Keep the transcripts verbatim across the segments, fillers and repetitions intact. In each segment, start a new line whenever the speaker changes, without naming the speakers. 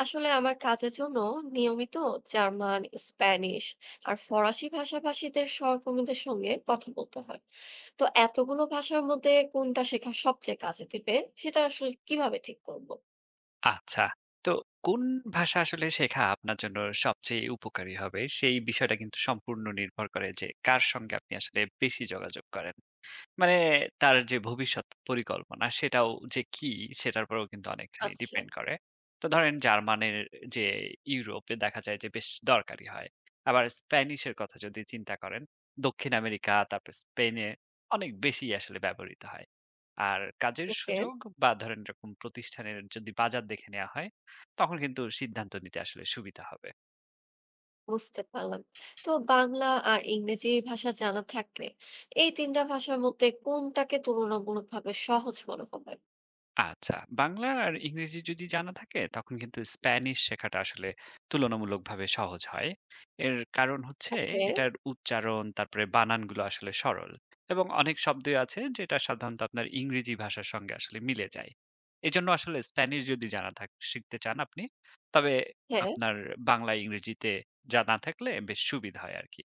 আসলে আমার কাজের জন্য নিয়মিত জার্মান, স্প্যানিশ আর ফরাসি ভাষাভাষীদের সহকর্মীদের সঙ্গে কথা বলতে হয়। তো এতগুলো ভাষার মধ্যে কোনটা শেখা সবচেয়ে কাজে দিবে, সেটা আসলে কিভাবে ঠিক করব?
আচ্ছা। তো কোন ভাষা আসলে শেখা আপনার জন্য সবচেয়ে উপকারী হবে, সেই বিষয়টা কিন্তু সম্পূর্ণ নির্ভর করে যে কার সঙ্গে আপনি আসলে বেশি যোগাযোগ করেন। মানে তার যে ভবিষ্যৎ পরিকল্পনা সেটাও যে কি সেটার উপরেও কিন্তু অনেকখানি
আচ্ছা।
ডিপেন্ড করে। তো ধরেন জার্মানের যে ইউরোপে দেখা যায় যে বেশ দরকারি হয়। আবার স্প্যানিশের কথা যদি চিন্তা করেন, দক্ষিণ আমেরিকা তারপর স্পেনে অনেক বেশি আসলে ব্যবহৃত হয়। আর কাজের
ওকে।
সুযোগ বা ধরেন এরকম প্রতিষ্ঠানের যদি বাজার দেখে নেওয়া হয়, তখন কিন্তু সিদ্ধান্ত নিতে আসলে সুবিধা হবে।
বুঝতে পারলাম। তো বাংলা আর ইংরেজি ভাষা জানা থাকলে এই তিনটা ভাষার মধ্যে কোনটাকে তুলনামূলকভাবে সহজ মনে হবে?
আচ্ছা, বাংলা আর ইংরেজি যদি জানা থাকে তখন কিন্তু স্প্যানিশ শেখাটা আসলে তুলনামূলকভাবে সহজ হয়। এর কারণ হচ্ছে
ওকে।
এটার উচ্চারণ, তারপরে বানানগুলো আসলে সরল এবং অনেক শব্দই আছে যেটা সাধারণত আপনার ইংরেজি ভাষার সঙ্গে আসলে মিলে যায়। এজন্য আসলে স্প্যানিশ যদি জানা থাক শিখতে চান আপনি, তবে
হ্যাঁ।
আপনার বাংলা, ইংরেজিতে জানা থাকলে বেশ সুবিধা হয় আরকি।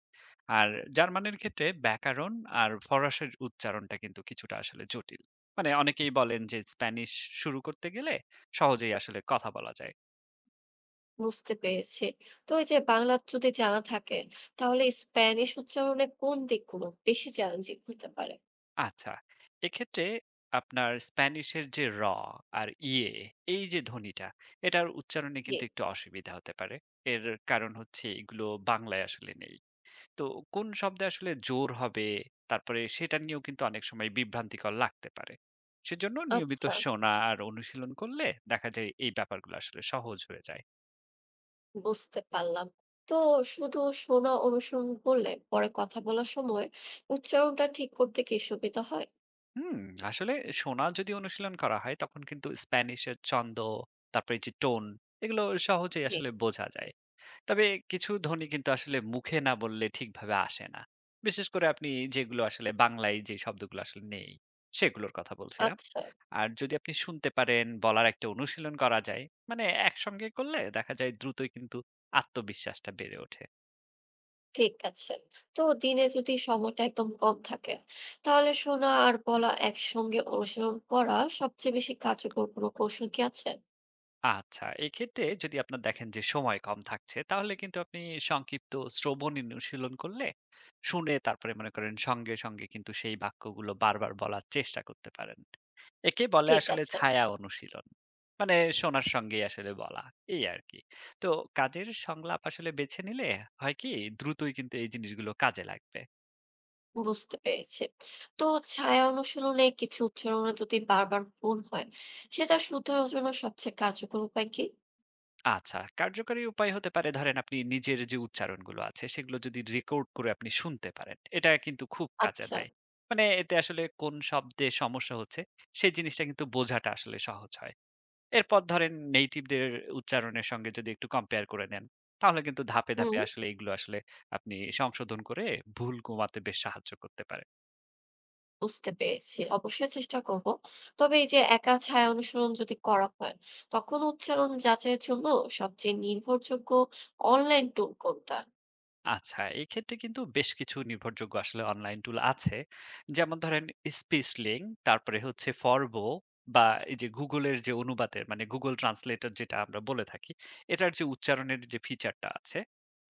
আর জার্মানের ক্ষেত্রে ব্যাকরণ আর ফরাসির উচ্চারণটা কিন্তু কিছুটা আসলে জটিল। মানে অনেকেই বলেন যে স্প্যানিশ শুরু করতে গেলে সহজেই আসলে কথা বলা যায়।
বুঝতে পেরেছি। তো এই যে বাংলা যদি জানা থাকে, তাহলে স্প্যানিশ উচ্চারণে কোন দিকগুলো বেশি চ্যালেঞ্জিং হতে পারে?
আচ্ছা, এক্ষেত্রে আপনার স্প্যানিশের যে র আর ইয়ে এই যে ধ্বনিটা এটার উচ্চারণে
জি।
কিন্তু একটু অসুবিধা হতে পারে। এর কারণ হচ্ছে এগুলো বাংলায় আসলে নেই। তো কোন শব্দে আসলে জোর হবে তারপরে সেটা নিয়েও কিন্তু অনেক সময় বিভ্রান্তিকর লাগতে পারে। সেজন্য নিয়মিত
আচ্ছা,
শোনা আর অনুশীলন করলে দেখা যায় এই ব্যাপারগুলো আসলে সহজ হয়ে যায়।
বুঝতে পারলাম। তো শুধু শোনা অনুসরণ করলে পরে কথা বলার সময় উচ্চারণটা ঠিক করতে কি সুবিধা হয়?
হুম, আসলে শোনা যদি অনুশীলন করা হয় তখন কিন্তু স্প্যানিশের ছন্দ, তারপরে যে টোন এগুলো সহজেই
জি।
আসলে বোঝা যায়। তবে কিছু ধ্বনি কিন্তু আসলে মুখে না বললে ঠিকভাবে আসে না। বিশেষ করে আপনি যেগুলো আসলে বাংলায় যে শব্দগুলো আসলে নেই সেগুলোর কথা বলছিলাম।
আচ্ছা,
আর যদি আপনি শুনতে পারেন, বলার একটা অনুশীলন করা যায়, মানে একসঙ্গে করলে দেখা যায় দ্রুতই কিন্তু আত্মবিশ্বাসটা বেড়ে ওঠে।
ঠিক আছে। তো দিনে যদি সময়টা একদম কম থাকে, তাহলে শোনা আর বলা একসঙ্গে অনুশীলন করা সবচেয়ে বেশি কার্যকর কোনো কৌশল কি আছে?
আচ্ছা, এক্ষেত্রে যদি আপনার দেখেন যে সময় কম থাকছে, তাহলে কিন্তু আপনি সংক্ষিপ্ত শ্রবণ অনুশীলন করলে, শুনে তারপরে মনে করেন সঙ্গে, সঙ্গে কিন্তু সেই বাক্যগুলো বারবার বলার চেষ্টা করতে পারেন। একে বলে
ঠিক
আসলে
আছে।
ছায়া অনুশীলন। মানে শোনার সঙ্গেই আসলে বলা, এই আরকি। তো কাজের সংলাপ আসলে বেছে নিলে হয় কি দ্রুতই কিন্তু এই জিনিসগুলো কাজে লাগবে।
বুঝতে পেরেছি। তো ছায়া অনুশীলনে কিছু উচ্চারণে যদি বারবার ভুল হয়, সেটা শুধরানোর জন্য সবচেয়ে কার্যকর উপায় কি?
আচ্ছা, কার্যকরী উপায় হতে পারে ধরেন আপনি নিজের যে উচ্চারণগুলো আছে সেগুলো যদি রেকর্ড করে আপনি শুনতে পারেন। এটা কিন্তু খুব কাজে
আচ্ছা,
দেয়। মানে এতে আসলে কোন শব্দে সমস্যা হচ্ছে সেই জিনিসটা কিন্তু বোঝাটা আসলে সহজ হয়। এরপর ধরেন নেটিভদের উচ্চারণের সঙ্গে যদি একটু কম্পেয়ার করে নেন, তাহলে কিন্তু ধাপে,
হুম,
ধাপে আসলে এগুলো আসলে আপনি সংশোধন করে ভুল কমাতে বেশ সাহায্য করতে পারে।
বুঝতে পেরেছি। অবশ্যই চেষ্টা করব। তবে এই যে একা ছায়া অনুসরণ যদি করা হয়, তখন উচ্চারণ যাচাইয়ের জন্য সবচেয়ে নির্ভরযোগ্য অনলাইন টুল কোনটা?
আচ্ছা, এক্ষেত্রে কিন্তু বেশ কিছু নির্ভরযোগ্য আসলে অনলাইন টুল আছে। যেমন ধরেন Speechling, তারপরে হচ্ছে Forvo বা এই যে Google এর যে অনুবাদের মানে Google Translator যেটা আমরা বলে থাকি, এটার যে উচ্চারণের যে ফিচারটা আছে,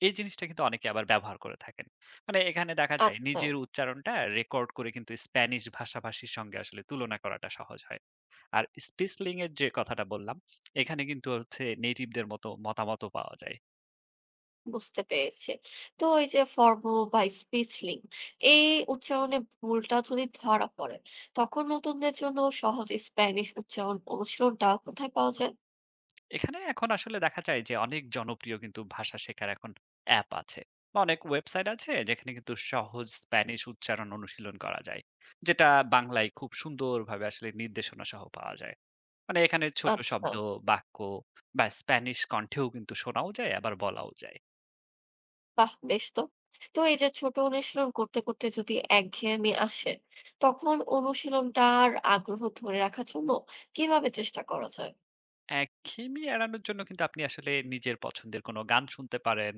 এই জিনিসটা কিন্তু অনেকে আবার ব্যবহার করে থাকেন। মানে এখানে দেখা যায়
আচ্ছা।
নিজের উচ্চারণটা রেকর্ড করে কিন্তু স্প্যানিশ ভাষাভাষীর সঙ্গে আসলে তুলনা করাটা সহজ হয়। আর Speechling এর যে কথাটা বললাম, এখানে কিন্তু হচ্ছে নেটিভদের মতো মতামতও পাওয়া যায়।
বুঝতে পেরেছি। তো এই যে ফর্ম বা স্পেসলিং, এই উচ্চারণে ভুলটা যদি ধরা পড়ে, তখন নতুনদের জন্য সহজ স্প্যানিশ উচ্চারণ অনুশীলনটা কোথায় পাওয়া যায়?
এখানে এখন আসলে দেখা যায় যে অনেক জনপ্রিয় কিন্তু ভাষা শেখার এখন অ্যাপ আছে বা অনেক ওয়েবসাইট আছে যেখানে কিন্তু সহজ স্প্যানিশ উচ্চারণ অনুশীলন করা যায় যেটা বাংলায় খুব সুন্দরভাবে আসলে নির্দেশনা সহ পাওয়া যায় মানে এখানে ছোট
আচ্ছা।
শব্দ বাক্য বা স্প্যানিশ কণ্ঠেও কিন্তু শোনাও যায় আবার বলাও যায়।
বাহ! বেশ তো। তো এই যে ছোট অনুশীলন করতে, করতে যদি একঘেয়েমি আসে, তখন অনুশীলনটার আগ্রহ ধরে রাখার জন্য কিভাবে চেষ্টা করা যায়?
একঘেয়েমি এড়ানোর জন্য কিন্তু আপনি আসলে নিজের পছন্দের কোনো গান শুনতে পারেন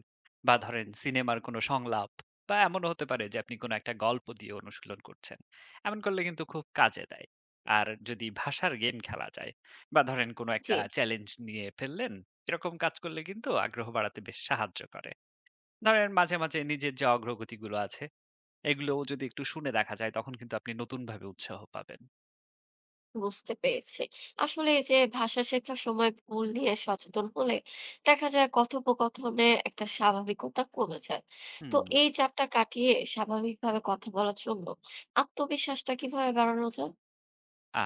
বা ধরেন সিনেমার কোনো সংলাপ বা এমনও হতে পারে যে আপনি কোনো একটা গল্প দিয়ে অনুশীলন করছেন এমন করলে কিন্তু খুব কাজে দেয়। আর যদি ভাষার গেম খেলা যায় বা ধরেন কোনো
জি।
একটা চ্যালেঞ্জ নিয়ে ফেললেন এরকম কাজ করলে কিন্তু আগ্রহ বাড়াতে বেশ সাহায্য করে। ধরেন মাঝে মাঝে নিজের যে অগ্রগতিগুলো আছে এগুলোও যদি একটু শুনে দেখা যায় তখন কিন্তু আপনি নতুন ভাবে উৎসাহ পাবেন।
বুঝতে পেরেছি। আসলে এই যে ভাষা শেখার সময় ভুল নিয়ে সচেতন হলে দেখা যায় কথোপকথনে একটা স্বাভাবিকতা কমে যায়।
হুম।
তো এই চাপটা কাটিয়ে স্বাভাবিকভাবে কথা বলার জন্য আত্মবিশ্বাসটা কিভাবে বাড়ানো যায়?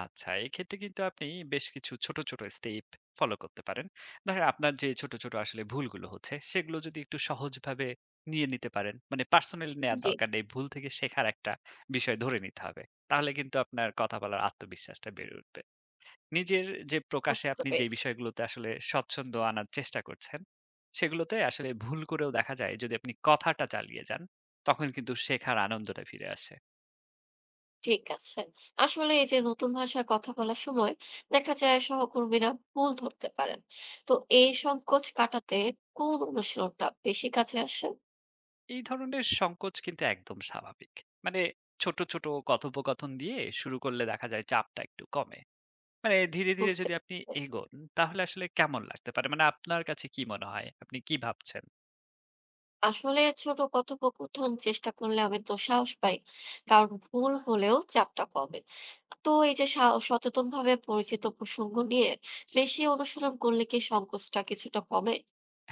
আচ্ছা, এক্ষেত্রে কিন্তু আপনি বেশ কিছু ছোট, ছোট স্টেপ ফলো করতে পারেন। ধরেন আপনার যে ছোট, ছোট আসলে ভুলগুলো হচ্ছে, সেগুলো যদি একটু সহজভাবে নিয়ে নিতে পারেন, মানে পার্সোনালি নেয়ার
জি,
দরকার নেই। ভুল থেকে শেখার একটা বিষয় ধরে নিতে হবে। তাহলে কিন্তু আপনার কথা বলার আত্মবিশ্বাসটা বেড়ে উঠবে। নিজের যে প্রকাশে
বুঝতে
আপনি যে
পেরেছি।
বিষয়গুলোতে আসলে স্বচ্ছন্দ আনার চেষ্টা করছেন, সেগুলোতে আসলে ভুল করেও দেখা যায় যদি আপনি কথাটা চালিয়ে যান, তখন কিন্তু শেখার আনন্দটা ফিরে আসে।
ঠিক আছে। আসলে এই যে নতুন ভাষায় কথা বলার সময় দেখা যায় সহকর্মীরা ভুল ধরতে পারেন। তো এই সংকোচ কাটাতে কোন অনুশীলনটা বেশি কাজে আসে?
এই ধরনের সংকোচ কিন্তু একদম স্বাভাবিক। মানে ছোট, ছোট কথোপকথন দিয়ে শুরু করলে দেখা যায় চাপটা একটু কমে। মানে ধীরে, ধীরে
বুঝতে
যদি আপনি এগোন তাহলে আসলে কেমন লাগতে পারে? মানে আপনার কাছে কি মনে হয়? আপনি কি ভাবছেন?
আসলে ছোট কথোপকথন চেষ্টা করলে আমি তো সাহস পাই, কারণ ভুল হলেও চাপটা কমে। তো এই যে সচেতন ভাবে পরিচিত প্রসঙ্গ নিয়ে বেশি অনুশীলন করলে কি সংকোচটা কিছুটা কমে?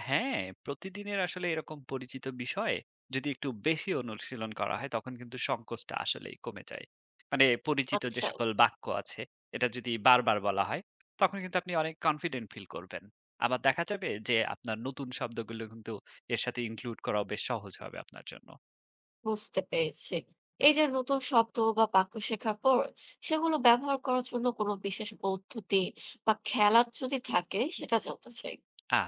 হ্যাঁ, প্রতিদিনের আসলে এরকম পরিচিত বিষয় যদি একটু বেশি অনুশীলন করা হয় তখন কিন্তু সংকোচটা আসলেই কমে যায়। মানে পরিচিত যে
আচ্ছা।
সকল বাক্য আছে এটা যদি বারবার বলা হয় তখন কিন্তু আপনি অনেক কনফিডেন্ট ফিল করবেন। আবার দেখা যাবে যে আপনার নতুন শব্দগুলো কিন্তু এর সাথে ইনক্লুড করাও বেশ সহজ হবে আপনার জন্য।
বুঝতে পেরেছি। এই যে নতুন শব্দ বা বাক্য শেখার পর সেগুলো ব্যবহার করার জন্য কোনো বিশেষ পদ্ধতি বা খেলা যদি থাকে, সেটা জানতে চাই।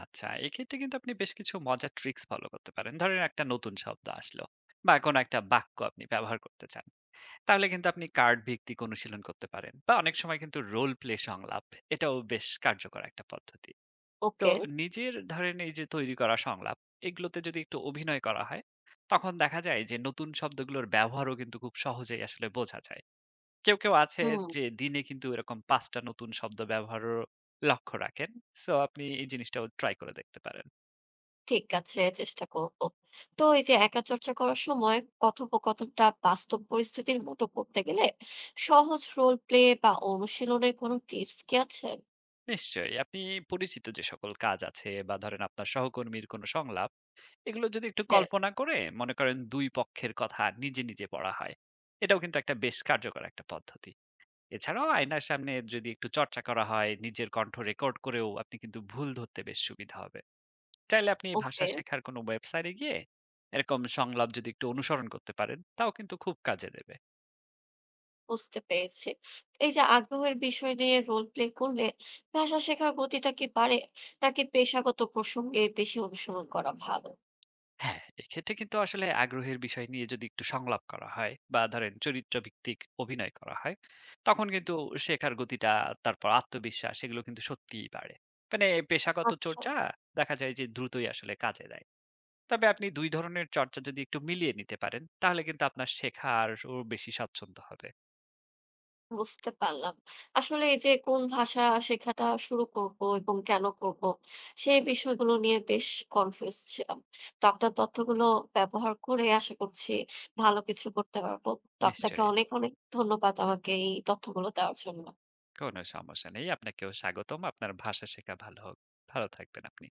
আচ্ছা, এক্ষেত্রে কিন্তু আপনি বেশ কিছু মজার ট্রিক্স ফলো করতে পারেন। ধরেন একটা নতুন শব্দ আসলো বা কোনো একটা বাক্য আপনি ব্যবহার করতে চান। তাহলে কিন্তু আপনি কার্ড ভিত্তিক অনুশীলন করতে পারেন বা অনেক সময় কিন্তু রোল প্লে সংলাপ এটাও বেশ কার্যকর একটা পদ্ধতি। তো
ওকে।
নিজের ধরেন এই যে তৈরি করা সংলাপ এগুলোতে যদি একটু অভিনয় করা হয় তখন দেখা যায় যে নতুন শব্দগুলোর ব্যবহারও কিন্তু খুব সহজেই আসলে বোঝা যায়। কেউ কেউ আছে
হুম।
যে দিনে কিন্তু এরকম পাঁচটা নতুন শব্দ ব্যবহারও লক্ষ্য রাখেন। সো আপনি এই জিনিসটাও ট্রাই করে দেখতে পারেন।
ঠিক আছে, চেষ্টা করব। তো এই যে একা চর্চা করার সময় কথোপকথনটা বাস্তব পরিস্থিতির মতো করতে গেলে সহজ রোল প্লে বা অনুশীলনের কোনো টিপস কি আছে?
নিশ্চয়ই আপনি পরিচিত যে সকল কাজ আছে বা ধরেন আপনার সহকর্মীর কোনো সংলাপ এগুলো যদি একটু
হ্যাঁ,
কল্পনা করে মনে করেন দুই পক্ষের কথা নিজে নিজে পড়া হয় এটাও কিন্তু একটা বেশ কার্যকর একটা পদ্ধতি। এছাড়াও আয়নার সামনে যদি একটু চর্চা করা হয় নিজের কণ্ঠ রেকর্ড করেও আপনি কিন্তু ভুল ধরতে বেশ সুবিধা হবে। চাইলে আপনি এই ভাষা
ওকে,
শেখার কোনো ওয়েবসাইটে গিয়ে এরকম সংলাপ যদি একটু অনুসরণ করতে পারেন তাও কিন্তু খুব কাজে দেবে।
বুঝতে পেরেছি। এই যে আগ্রহের বিষয় নিয়ে রোল প্লে করলে ভাষা শেখার গতিটা কি বাড়ে? নাকি পেশাগত প্রসঙ্গে বেশি অনুসরণ করা ভালো?
হ্যাঁ, এক্ষেত্রে কিন্তু আসলে আগ্রহের বিষয় নিয়ে যদি একটু সংলাপ করা হয় বা ধরেন চরিত্রভিত্তিক অভিনয় করা হয়, তখন কিন্তু শেখার গতিটা তারপর আত্মবিশ্বাস এগুলো কিন্তু সত্যিই বাড়ে। মানে পেশাগত
আচ্ছা।
চর্চা দেখা যায় যে দ্রুতই আসলে কাজে দেয়। তবে আপনি দুই ধরনের চর্চা যদি একটু মিলিয়ে নিতে পারেন, তাহলে কিন্তু আপনার শেখার ও বেশি স্বাচ্ছন্দ্য হবে।
বুঝতে পারলাম। আসলে এই যে কোন ভাষা শেখাটা শুরু করব এবং কেন করব, সেই বিষয়গুলো নিয়ে বেশ কনফিউজ ছিলাম। তো আপনার তথ্যগুলো ব্যবহার করে আশা করছি ভালো কিছু করতে পারব। তো আপনাকে
নিশ্চয়ই,
অনেক, অনেক ধন্যবাদ আমাকে এই তথ্যগুলো দেওয়ার জন্য।
কোনো সমস্যা নেই। আপনাকেও স্বাগতম। আপনার ভাষা শেখা ভালো হোক। ভালো থাকবেন আপনি।